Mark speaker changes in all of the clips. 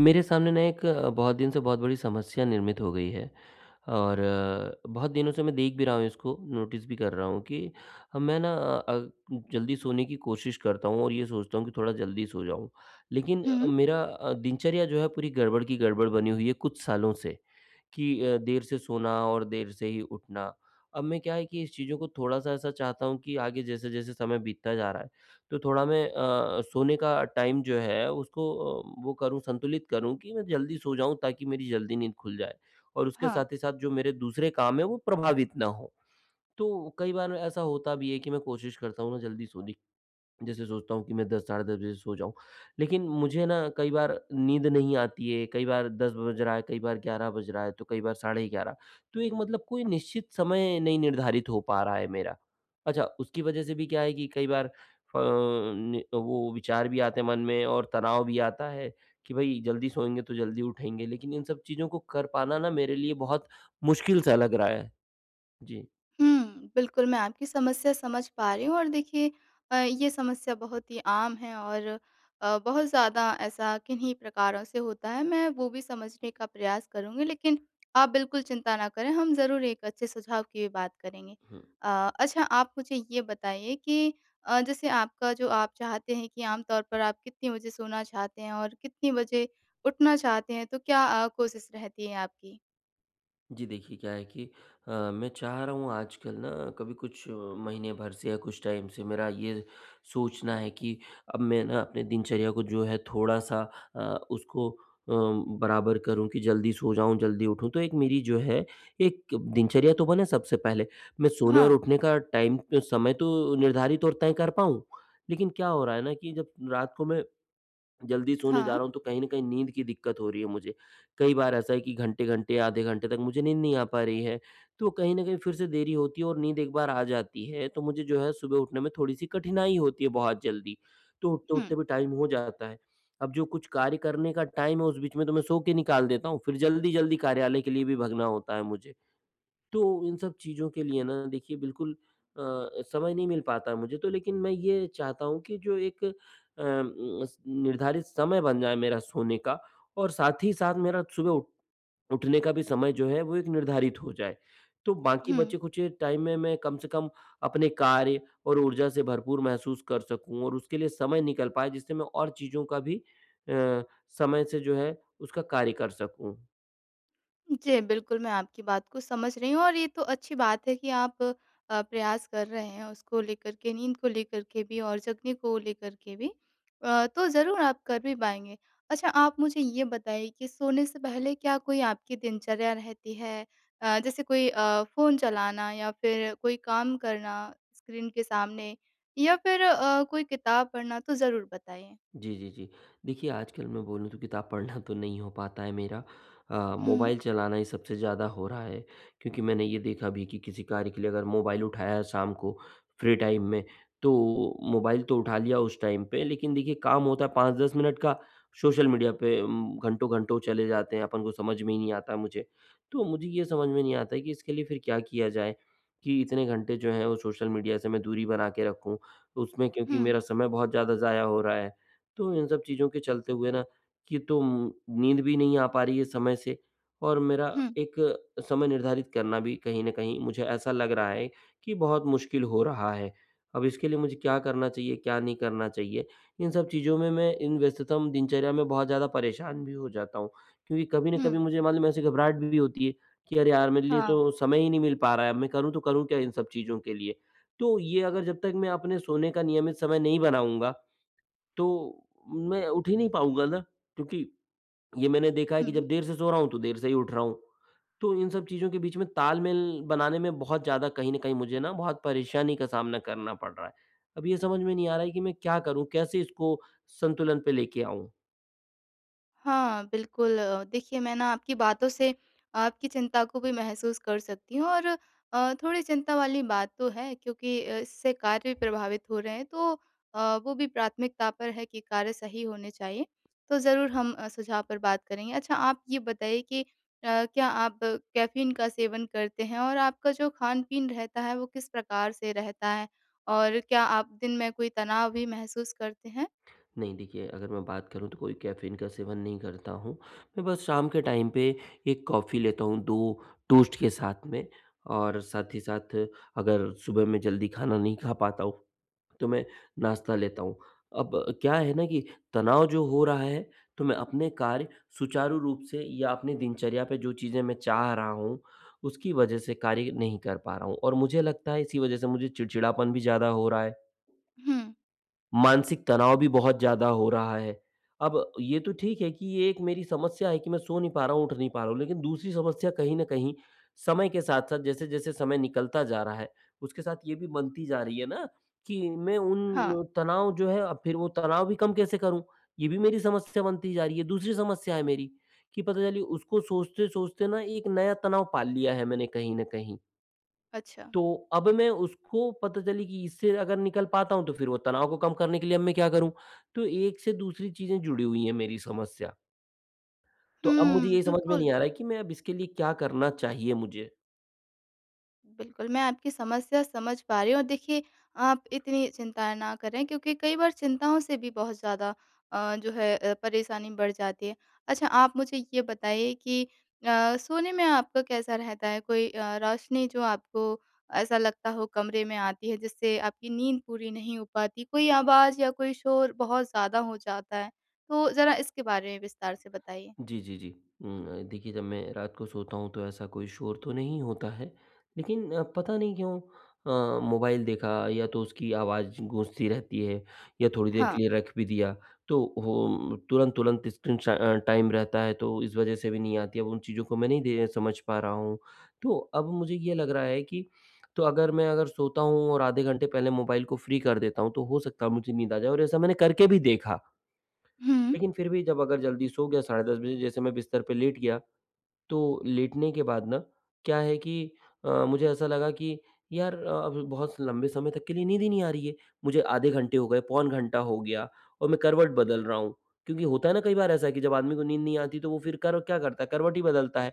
Speaker 1: मेरे सामने ना एक बहुत दिन से बहुत बड़ी समस्या निर्मित हो गई है और बहुत दिनों से मैं देख भी रहा हूँ इसको, नोटिस भी कर रहा हूँ कि मैं ना जल्दी सोने की कोशिश करता हूँ और ये सोचता हूँ कि थोड़ा जल्दी सो जाऊँ। लेकिन
Speaker 2: हुँ,
Speaker 1: मेरा दिनचर्या जो है पूरी गड़बड़ की गड़बड़ बनी हुई है कुछ सालों से। कि देर से सोना और देर से ही उठना। अब मैं क्या है कि इस चीज़ों को थोड़ा-सा ऐसा चाहता हूँ कि आगे जैसे-जैसे समय बीतता जा रहा है, तो थोड़ा मैं सोने का टाइम जो है उसको वो करूँ संतुलित करूँ कि मैं जल्दी सो जाऊँ ताकि मेरी जल्दी नींद खुल जाए और उसके
Speaker 2: हाँ।
Speaker 1: साथ ही साथ जो मेरे दूसरे काम हैं वो प्रभावित ना हों। तो कई बार ऐसा होता भी है कि मैं कोशिश करता हूँ ना जल्दी सोने, जैसे सोचता हूँ कि मैं 10 साढ़े 10 बजे सो जाऊँ। लेकिन मुझे ना कई बार नींद नहीं आती है, कई बार 10 बज रहा है, कई बार 11 बज रहा है, तो कई बार साढ़े 11, तो एक मतलब कोई निश्चित समय नहीं निर्धारित हो पा रहा है मेरा। अच्छा, उसकी वजह से भी क्या है कि कई बार फ नि वो विचार भी आते हैं मन में और तनाव भी आता है कि भई जल्दी सोएँगे तो जल्दी उठेंगे, लेकिन इन सब चीज़ों को कर पाना ना मेरे लिए बहुत मुश्किल-सा लग रहा है। जी।
Speaker 2: हुँ, बिल्कुल मैं आपकी समस्या समझ पा रही हूँ और देखिए ये समस्या बहुत ही आम है और बहुत ज़्यादा ऐसा किन्हीं प्रकारों से होता है। मैं वो भी समझने का प्रयास करूँगी लेकिन आप बिल्कुल चिंता ना करें, हम ज़रूर एक अच्छे सुझाव की भी बात करेंगे।
Speaker 1: हुँ।
Speaker 2: अच्छा आप मुझे ये बताइए कि जैसे आपका जो आप चाहते हैं कि आम तौर पर आप कितनी बजे सोना चाहते हैं और कितनी बजे उठना चाहते हैं, तो क्या कोशिश रहती है आपकी?
Speaker 1: जी, देखिए क्या है कि मैं चाह रहा हूँ आजकल ना, कभी कुछ महीने भर से या कुछ टाइम से मेरा ये सोचना है कि अब मैं ना अपने दिनचर्या को जो है थोड़ा सा अ, उसको बराबर करूँ कि जल्दी सो जाऊँ जल्दी उठूँ, तो एक मेरी जो है एक दिनचर्या तो बने सबसे पहले, मैं सोने
Speaker 2: हाँ,
Speaker 1: और उठने का टाइम समय तो निर्धारित और तय कर पाऊँ। लेकिन क्या हो रहा है ना कि जब रात को मैं जल्दी सोने जा
Speaker 2: हाँ।
Speaker 1: रहा हूँ तो कहीं न कहीं नींद की दिक्कत हो रही है मुझे। कई बार ऐसा है कि घंटे-घंटे, आधे घंटे तक मुझे नींद नहीं आ पा रही है। तो कहीं न कहीं फिर से देरी होती है और नींद एक बार आ जाती है तो मुझे जो है सुबह उठने में थोड़ी-सी कठिनाई होती है बहुत जल्दी। तो
Speaker 2: हुँ,
Speaker 1: उठते-उठते भी टाइम हो जाता है। अब जो कुछ कार्य करने का टाइम है उस बीच में तो मैं सो के निकाल देता हूँ, फिर जल्दी-जल्दी कार्यालय के लिए भी भगना होता है मुझे। तो इन सब चीज़ों के लिए ना देखिए बिल्कुल अ, समय नहीं मिल पाता मुझे तो, लेकिन मैं ये चाहता हूँ कि जो एक उम, स निर्धारित समय बन जाए मेरा सोने का, और साथ ही साथ मेरा सुबह उठ उठने का भी समय जो है वो एक निर्धारित हो जाए। तो बाकी
Speaker 2: हुँ।
Speaker 1: बचे-खुचे टाइम में मैं कम से कम अपने कार्य और ऊर्जा से भरपूर महसूस कर सकूँ और उसके लिए समय निकल पाए जिससे मैं और चीज़ों का भी अ, समय से जो है उसका कार्य कर सकूँ।
Speaker 2: जी, बिल्कुल, मैं आपकी बात को समझ रही हूँ और ये तो अच्छी बात है कि आप प्रयास कर रहे हैं उसको लेकर के, नींद को लेकर के भी और जगने को लेकर के भी। तो ज़रूर आप कर भी पाएँगे। अच्छा, आप मुझे ये बताइए कि सोने से पहले क्या कोई आपकी दिनचर्या रहती है? जैसे कोई फ़ोन चलाना या फिर कोई काम करना स्क्रीन के सामने या फिर कोई किताब पढ़ना? तो ज़रूर बताइए।
Speaker 1: जी, जी, जी। देखिए, आजकल मैं बोलूँ तो किताब पढ़ना तो नहीं हो पाता है मेरा।
Speaker 2: हुँ,
Speaker 1: मोबाइल चलाना ही सबसे ज़्यादा हो रहा है, क्योंकि मैंने ये देखा भी कि किसी कार्य के लिए अगर मोबाइल उठाया शाम को फ्री टाइम में, तो मोबाइल तो उठा लिया उस टाइम पे, लेकिन देखिए काम होता है 5-10 मिनट का, सोशल मीडिया पे घंटों-घंटों चले जाते हैं, अपन को समझ में ही नहीं आता मुझे। तो मुझे ये समझ में नहीं आता है कि इसके लिए फिर क्या किया जाए कि इतने घंटे जो हैं वो सोशल मीडिया से मैं दूरी बना के रखूँ। उसमें
Speaker 2: हुँ,
Speaker 1: क्योंकि मेरा समय बहुत ज़्यादा ज़ाया हो रहा है। तो इन सब चीज़ों के चलते हुए ना कि तो नींद भी नहीं आ पा रही है समय से और मेरा
Speaker 2: हुँ,
Speaker 1: एक समय निर्धारित करना भी कहीं न कहीं मुझे ऐसा लग रहा है कि बहुत मुश्किल हो रहा है। अब इसके लिए मुझे क्या करना चाहिए, क्या नहीं करना चाहिए? इन सब चीज़ों में मैं इन व्यस्ततम दिनचर्या में बहुत ज़्यादा परेशान भी हो जाता हूँ, क्योंकि कभी न
Speaker 2: हुँ।
Speaker 1: कभी मुझे मालूम है ऐसी घबराहट भी होती है कि अरे यार! मेरे लिए
Speaker 2: हाँ,
Speaker 1: तो समय ही नहीं मिल पा रहा है। अब मैं करूँ तो करूँ क्या इन सब चीज़ों के लिए? तो ये अगर जब तक मैं अपने सोने का नियमित समय नहीं बनाऊँगा, तो मैं उठ ही नहीं पाऊँगा ना, क्योंकि ये मैंने देखा है कि
Speaker 2: हुँ।
Speaker 1: जब देर से सो रहा हूँ, तो देर से ही उठ रहा हूँ। तो इन सब चीज़ों के बीच में तालमेल बनाने में बहुत ज़्यादा कहीं न कहीं मुझे ना बहुत परेशानी का सामना करना पड़ रहा है। अब ये समझ में नहीं आ रहा है कि मैं क्या करूँ? कैसे इसको संतुलन पे लेके आऊँ?
Speaker 2: हाँ, बिल्कुल देखिए मैं ना आपकी बातों से आपकी चिंता को भी महसूस कर सकती हूँ और थोड़ी चिंता वाली बात तो है क्योंकि इससे कार्य भी प्रभावित हो रहे हैं तो वो भी प्राथमिकता पर है कि कार्य सही होने चाहिए। तो ज़रूर हम सुझाव पर बात करेंगे। अच्छा आप ये बताइए कि क्या आप कैफ़ीन का सेवन करते हैं और आपका जो खान-पीन रहता है वो किस प्रकार से रहता है? और क्या आप दिन में कोई तनाव भी महसूस करते हैं?
Speaker 1: नहीं, देखिए, अगर मैं बात करूँ तो कोई कैफ़ीन का सेवन नहीं करता हूँ। मैं बस शाम के टाइम पे 1 कॉफ़ी लेता हूँ, 2 टोस्ट के साथ में, और साथ ही साथ अगर सुबह में जल्दी खाना नहीं खा पाता हूँ तो मैं नाश्ता लेता हूँ। अब क्या है ना कि तनाव जो हो रहा है, तो मैं अपने कार्य सुचारू रूप से या अपनी दिनचर्या पे जो चीज़ें मैं चाह रहा हूँ, उसकी वजह से कार्य नहीं कर पा रहा हूँ और मुझे लगता है इसी वजह से मुझे चिड़चिड़ापन भी ज़्यादा हो रहा है।
Speaker 2: हुँ,
Speaker 1: मानसिक तनाव भी बहुत ज़्यादा हो रहा है। अब ये तो ठीक है कि ये एक मेरी समस्या है कि मैं सो नहीं पा रहा हूँ, उठ नहीं पा रहा हूँ। लेकिन दूसरी समस्या कहीं न कहीं समय के साथ-साथ जैसे-जैसे समय निकलता जा रहा है, उसके साथ ये भी बनती जा रही है ना कि मैं
Speaker 2: हाँ,
Speaker 1: उन तनाव जो है अब फिर वो तनाव भी कम कैसे करूँ? ये भी मेरी समस्या बनती जा रही है। दूसरी समस्या है मेरी कि पता चली उसको सोचते-सोचते ना एक नया तनाव पाल लिया है मैंने कहीं न कहीं।
Speaker 2: अच्छा।
Speaker 1: तो अब मैं उसको पता चली कि इससे अगर निकल पाता हूँ, तो फिर वो तनाव को कम करने के लिए अब मैं क्या करूँ? तो एक से दूसरी चीज़ें जुड़ी हुई है मेरी समस्या। तो अब मुझे
Speaker 2: हुँ,
Speaker 1: ये समझ में नहीं
Speaker 2: बिल्कुल।
Speaker 1: आ रहा है कि मैं अब इसके लिए क्या करना चाहिए मुझे?
Speaker 2: बिल्कुल, मैं आपकी समस्या समझ पा रही हूँ और देखिए, आप इतनी चिंता ना करें क्योंकि कई बार चिंताओं से भी बहुत ज़्यादा जो है परेशानी बढ़ जाती है। अच्छा आप मुझे ये बताइए कि सोने में आपका कैसा रहता है? कोई रोशनी जो आपको ऐसा लगता हो कमरे में आती है जिससे आपकी नींद पूरी नहीं हो पाती, कोई आवाज़ या कोई शोर बहुत ज़्यादा हो जाता है? तो ज़रा इसके बारे में विस्तार से बताइए।
Speaker 1: जी, जी, जी। देखिए, जब मैं रात को सोता हूँ तो ऐसा कोई शोर तो नहीं होता है, लेकिन पता नहीं क्यों मोबाइल देखा या तो उसकी आवाज़ गूँजती रहती है या थोड़ी देर
Speaker 2: हाँ।
Speaker 1: के लिए रख भी दिया, तो वो तुरंत-तुरंत स्क्रीन टाइम रहता है, तो इस वज़ह से भी नींद आती है। अब उन चीज़ों को मैं नहीं दे समझ पा रहा हूँ। तो अब मुझे ये लग रहा है कि, तो अगर मैं अगर सोता हूँ और आधे घंटे पहले मोबाइल को फ्री कर देता हूँ, तो हो सकता है मुझे नींद आ जाए, और ऐसा मैंने करके भी देखा।
Speaker 2: हुँ।
Speaker 1: लेकिन फिर भी जब अगर जल्दी सो गया, साढ़े 10 बजे जैसे मैं बिस्तर पे लेट गया, तो लेटने के बाद ना क्या है कि मुझे ऐसा लगा कि यार अब बहुत लंबे समय तक के लिए नींद ही नहीं आ रही है। मुझे आधे घंटे हो गए, पौन घंटा हो गया और मैं करवट बदल रहा हूँ। क्योंकि होता है ना कई बार ऐसा कि जब आदमी को नींद नहीं आती तो वो फिर कर क्या करता है, करवट ही बदलता है।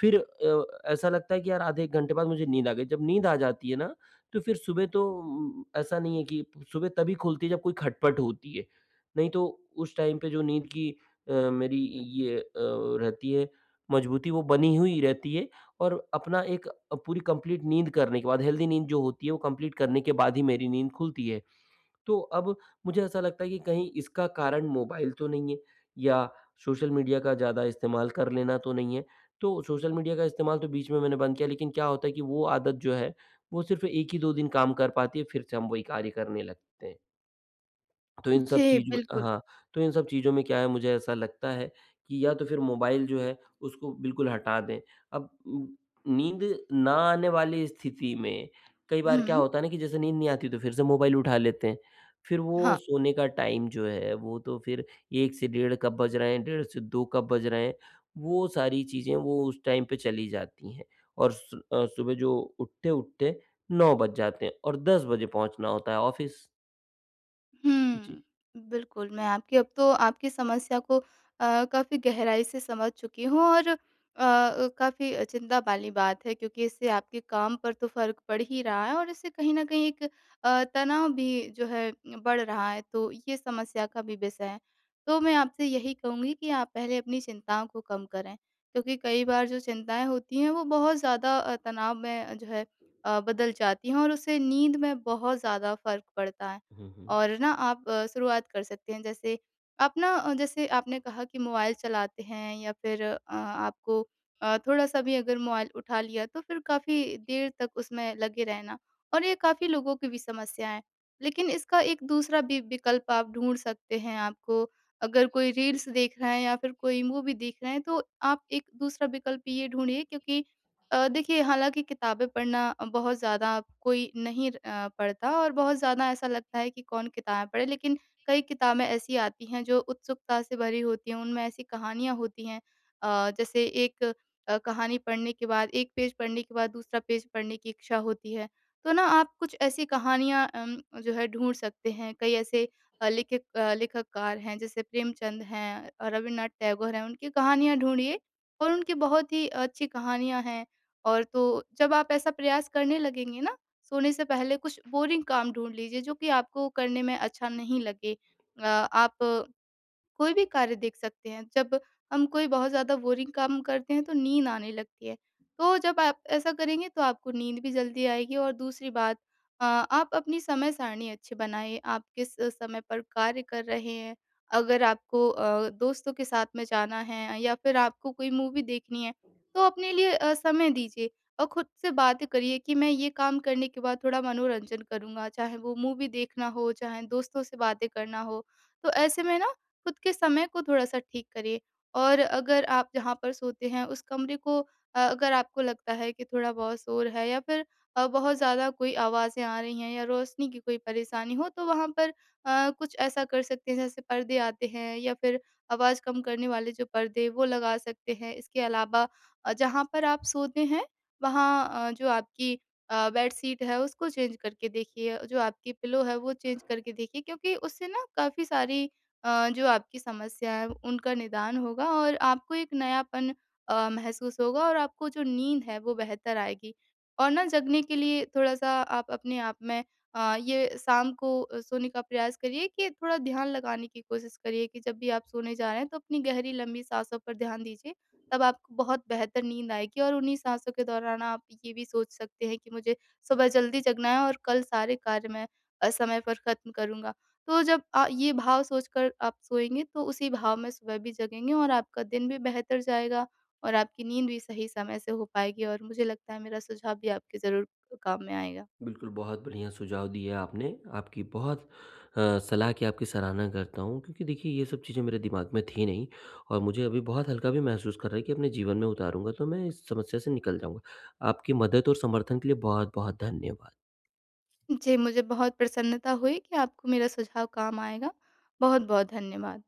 Speaker 1: फिर ऐसा लगता है कि यार आधे 1 घंटे बाद मुझे नींद आ गई। जब नींद आ जाती है ना, तो फिर सुबह तो ऐसा नहीं है कि सुबह तभी खुलती है जब कोई खटपट होती है। नहीं तो उस टाइम पे जो नींद की मेरी ये रहती है मजबूती, वो बनी हुई रहती है और अपना एक पूरी कंप्लीट नींद करने के बाद, हेल्दी नींद जो होती है वो कंप्लीट करने के बाद ही मेरी नींद खुलती है। तो अब मुझे ऐसा लगता है कि कहीं इसका कारण मोबाइल तो नहीं है, या सोशल मीडिया का ज़्यादा इस्तेमाल कर लेना तो नहीं है। तो सोशल मीडिया का इस्तेमाल तो बीच में मैंने बंद किया, लेकिन क्या होता है कि वो आदत जो है, वो सिर्फ़ 1 ही 2 दिन काम कर पाती है, फिर से हम वही कार्य करने लगते हैं। तो इन सब
Speaker 2: जी,
Speaker 1: चीज़ में,
Speaker 2: बिल्कुल।
Speaker 1: हाँ, तो इन सब चीज़ों में क्या है, मुझे ऐसा लगता है कि या तो फिर मोबाइल जो है उसको बिल्कुल हटा दें। अब नींद ना आने वाली स्थिति में कई बार क्या
Speaker 2: हुँ।
Speaker 1: होता है ना कि जैसे नींद नहीं आती तो फिर से मोबाइल उठा लेते हैं। फिर वो
Speaker 2: हाँ।
Speaker 1: सोने का टाइम जो है वो तो फिर 1 से डेढ़ कब बज रहे हैं, डेढ़ से 2 कब बज रहे हैं, वो सारी चीज़ें वो उस टाइम पे चली जाती हैं और सुबह जो उठते-उठते 9 बज जाते हैं और 10 बजे पहुँचना होता है ऑफ़िस।
Speaker 2: हुँ।
Speaker 1: जी।
Speaker 2: बिल्कुल, मैं आपकी अब तो आपकी समस्या को काफ़ी गहराई से समझ चुकी हूँ और काफ़ी चिंता वाली बात है क्योंकि इससे आपके काम पर तो फ़र्क पड़ ही रहा है और इससे कहीं न कहीं एक तनाव भी जो है बढ़ रहा है, तो ये समस्या का भी विषय है। तो मैं आपसे यही कहूँगी कि आप पहले अपनी चिंताओं को कम करें, क्योंकि कई बार जो चिंताएँ होती हैं वो बहुत ज़्यादा तनाव में जो है बदल जाती हैं और उससे नींद में बहुत ज़्यादा फ़र्क पड़ता है।
Speaker 1: हुँ, हुँ।
Speaker 2: और ना आप शुरुआत कर सकते हैं। जैसे आप ना जैसे आपने कहा कि मोबाइल चलाते हैं या फिर आपको थोड़ा-सा भी अगर मोबाइल उठा लिया तो फिर काफ़ी देर तक उसमें लगे रहना और ये काफ़ी लोगों की भी समस्या है। लेकिन इसका एक दूसरा भी विकल्प आप ढूँढ सकते हैं। आपको अगर कोई रील्स देख रहे हैं या फिर कोई मूवी देख रहे हैं तो आप एक दूसरा विकल्प ये ढूँढिए क्योंकि देखिए हालाँकि किताबें पढ़ना बहुत ज़्यादा कोई नहीं पढ़ता और बहुत ज़्यादा ऐसा लगता है कि कौन किताबें पढ़े, लेकिन कई किताबें ऐसी आती हैं जो उत्सुकता से भरी होती हैं, उनमें ऐसी कहानियाँ होती हैं जैसे एक कहानी पढ़ने के बाद एक पेज पढ़ने के बाद दूसरा पेज पढ़ने की इच्छा होती है। तो ना आप कुछ ऐसी कहानियाँ जो है ढूँढ सकते हैं, कई ऐसे लेखक लेखककार हैं जैसे प्रेमचंद हैं, रविन्द्रनाथ टैगोर हैं, उनकी कहानियाँ ढूँढिए और उनकी बहुत ही अच्छी कहानियाँ हैं। और तो जब आप ऐसा प्रयास करने लगेंगे ना, सोने से पहले कुछ बोरिंग काम ढूँढ लीजिए जो कि आपको करने में अच्छा नहीं लगे। आप कोई भी कार्य देख सकते हैं। जब हम कोई बहुत ज़्यादा बोरिंग काम करते हैं तो नींद आने लगती है। तो जब आप ऐसा करेंगे तो आपको नींद भी जल्दी आएगी और दूसरी बात आप अपनी समय सारणी अच्छी बनाएँ, आप किस समय पर कार्य कर रहे हैं। अगर आपको दोस्तों के साथ में जाना है या फिर आपको कोई मूवी देखनी है, तो अपने लिए समय दीजिए और खुद से बात करिए कि मैं ये काम करने के बाद थोड़ा मनोरंजन करूँगा, चाहे वो मूवी देखना हो, चाहे दोस्तों से बातें करना हो। तो ऐसे में ना खुद के समय को थोड़ा-सा ठीक करिए। और अगर आप जहाँ पर सोते हैं उस कमरे को अगर आपको लगता है कि थोड़ा-बहुत शोर है या फिर बहुत ज़्यादा कोई आवाज़ें आ रही हैं या रोशनी की कोई परेशानी हो तो वहाँ पर कुछ ऐसा कर सकते हैं जैसे पर्दे आते हैं या फिर आवाज़ कम करने वाले जो पर्दे वो लगा सकते हैं। इसके अलावा जहाँ पर आप सोते हैं वहाँ जो आपकी बेडशीट है उसको चेंज करके देखिए, जो आपकी पिलो है वो चेंज करके देखिए क्योंकि उससे ना काफ़ी सारी जो आपकी समस्या है उनका निदान होगा और आपको एक नयापन महसूस होगा और आपको जो नींद है वो बेहतर आएगी। और ना जगने के लिए थोड़ा-सा आप अपने आप में ये शाम को सोने का प्रयास करिए कि थोड़ा ध्यान लगाने की कोशिश करिए कि जब भी आप सोने जा रहे हैं तो अपनी गहरी लंबी साँसों पर ध्यान दीजिए। तब आपको बहुत बेहतर नींद आएगी और उन्हीं साँसों के दौरान आप ये भी सोच सकते हैं कि मुझे सुबह जल्दी जगना है और कल सारे कार्य मैं समय पर खत्म करूँगा। तो जब ये भाव सोचकर आप सोएँगे तो उसी भाव में सुबह भी जगेंगे और आपका दिन भी बेहतर जाएगा और आपकी नींद भी सही समय से हो पाएगी और मुझे लगता है मेरा सुझाव भी आपके ज़रूर काम में आएगा।
Speaker 1: बिल्कुल, बहुत बढ़िया सुझाव दिए आपने। आपकी बहुत सलाह की आपकी सराहना करता हूँ, क्योंकि देखिए ये सब चीज़ें मेरे दिमाग में थी नहीं, और मुझे अभी बहुत हल्का भी महसूस कर रहा है कि अपने जीवन में उतारूँगा तो मैं इस समस्या से निकल जाऊँगा। आपकी मदद और समर्थन के लिए बहुत-बहुत धन्यवाद।
Speaker 2: जी, मुझे बहुत प्रसन्नता हुई कि आपको मेरा सुझाव काम आएगा। बहुत-बहुत धन्यवाद।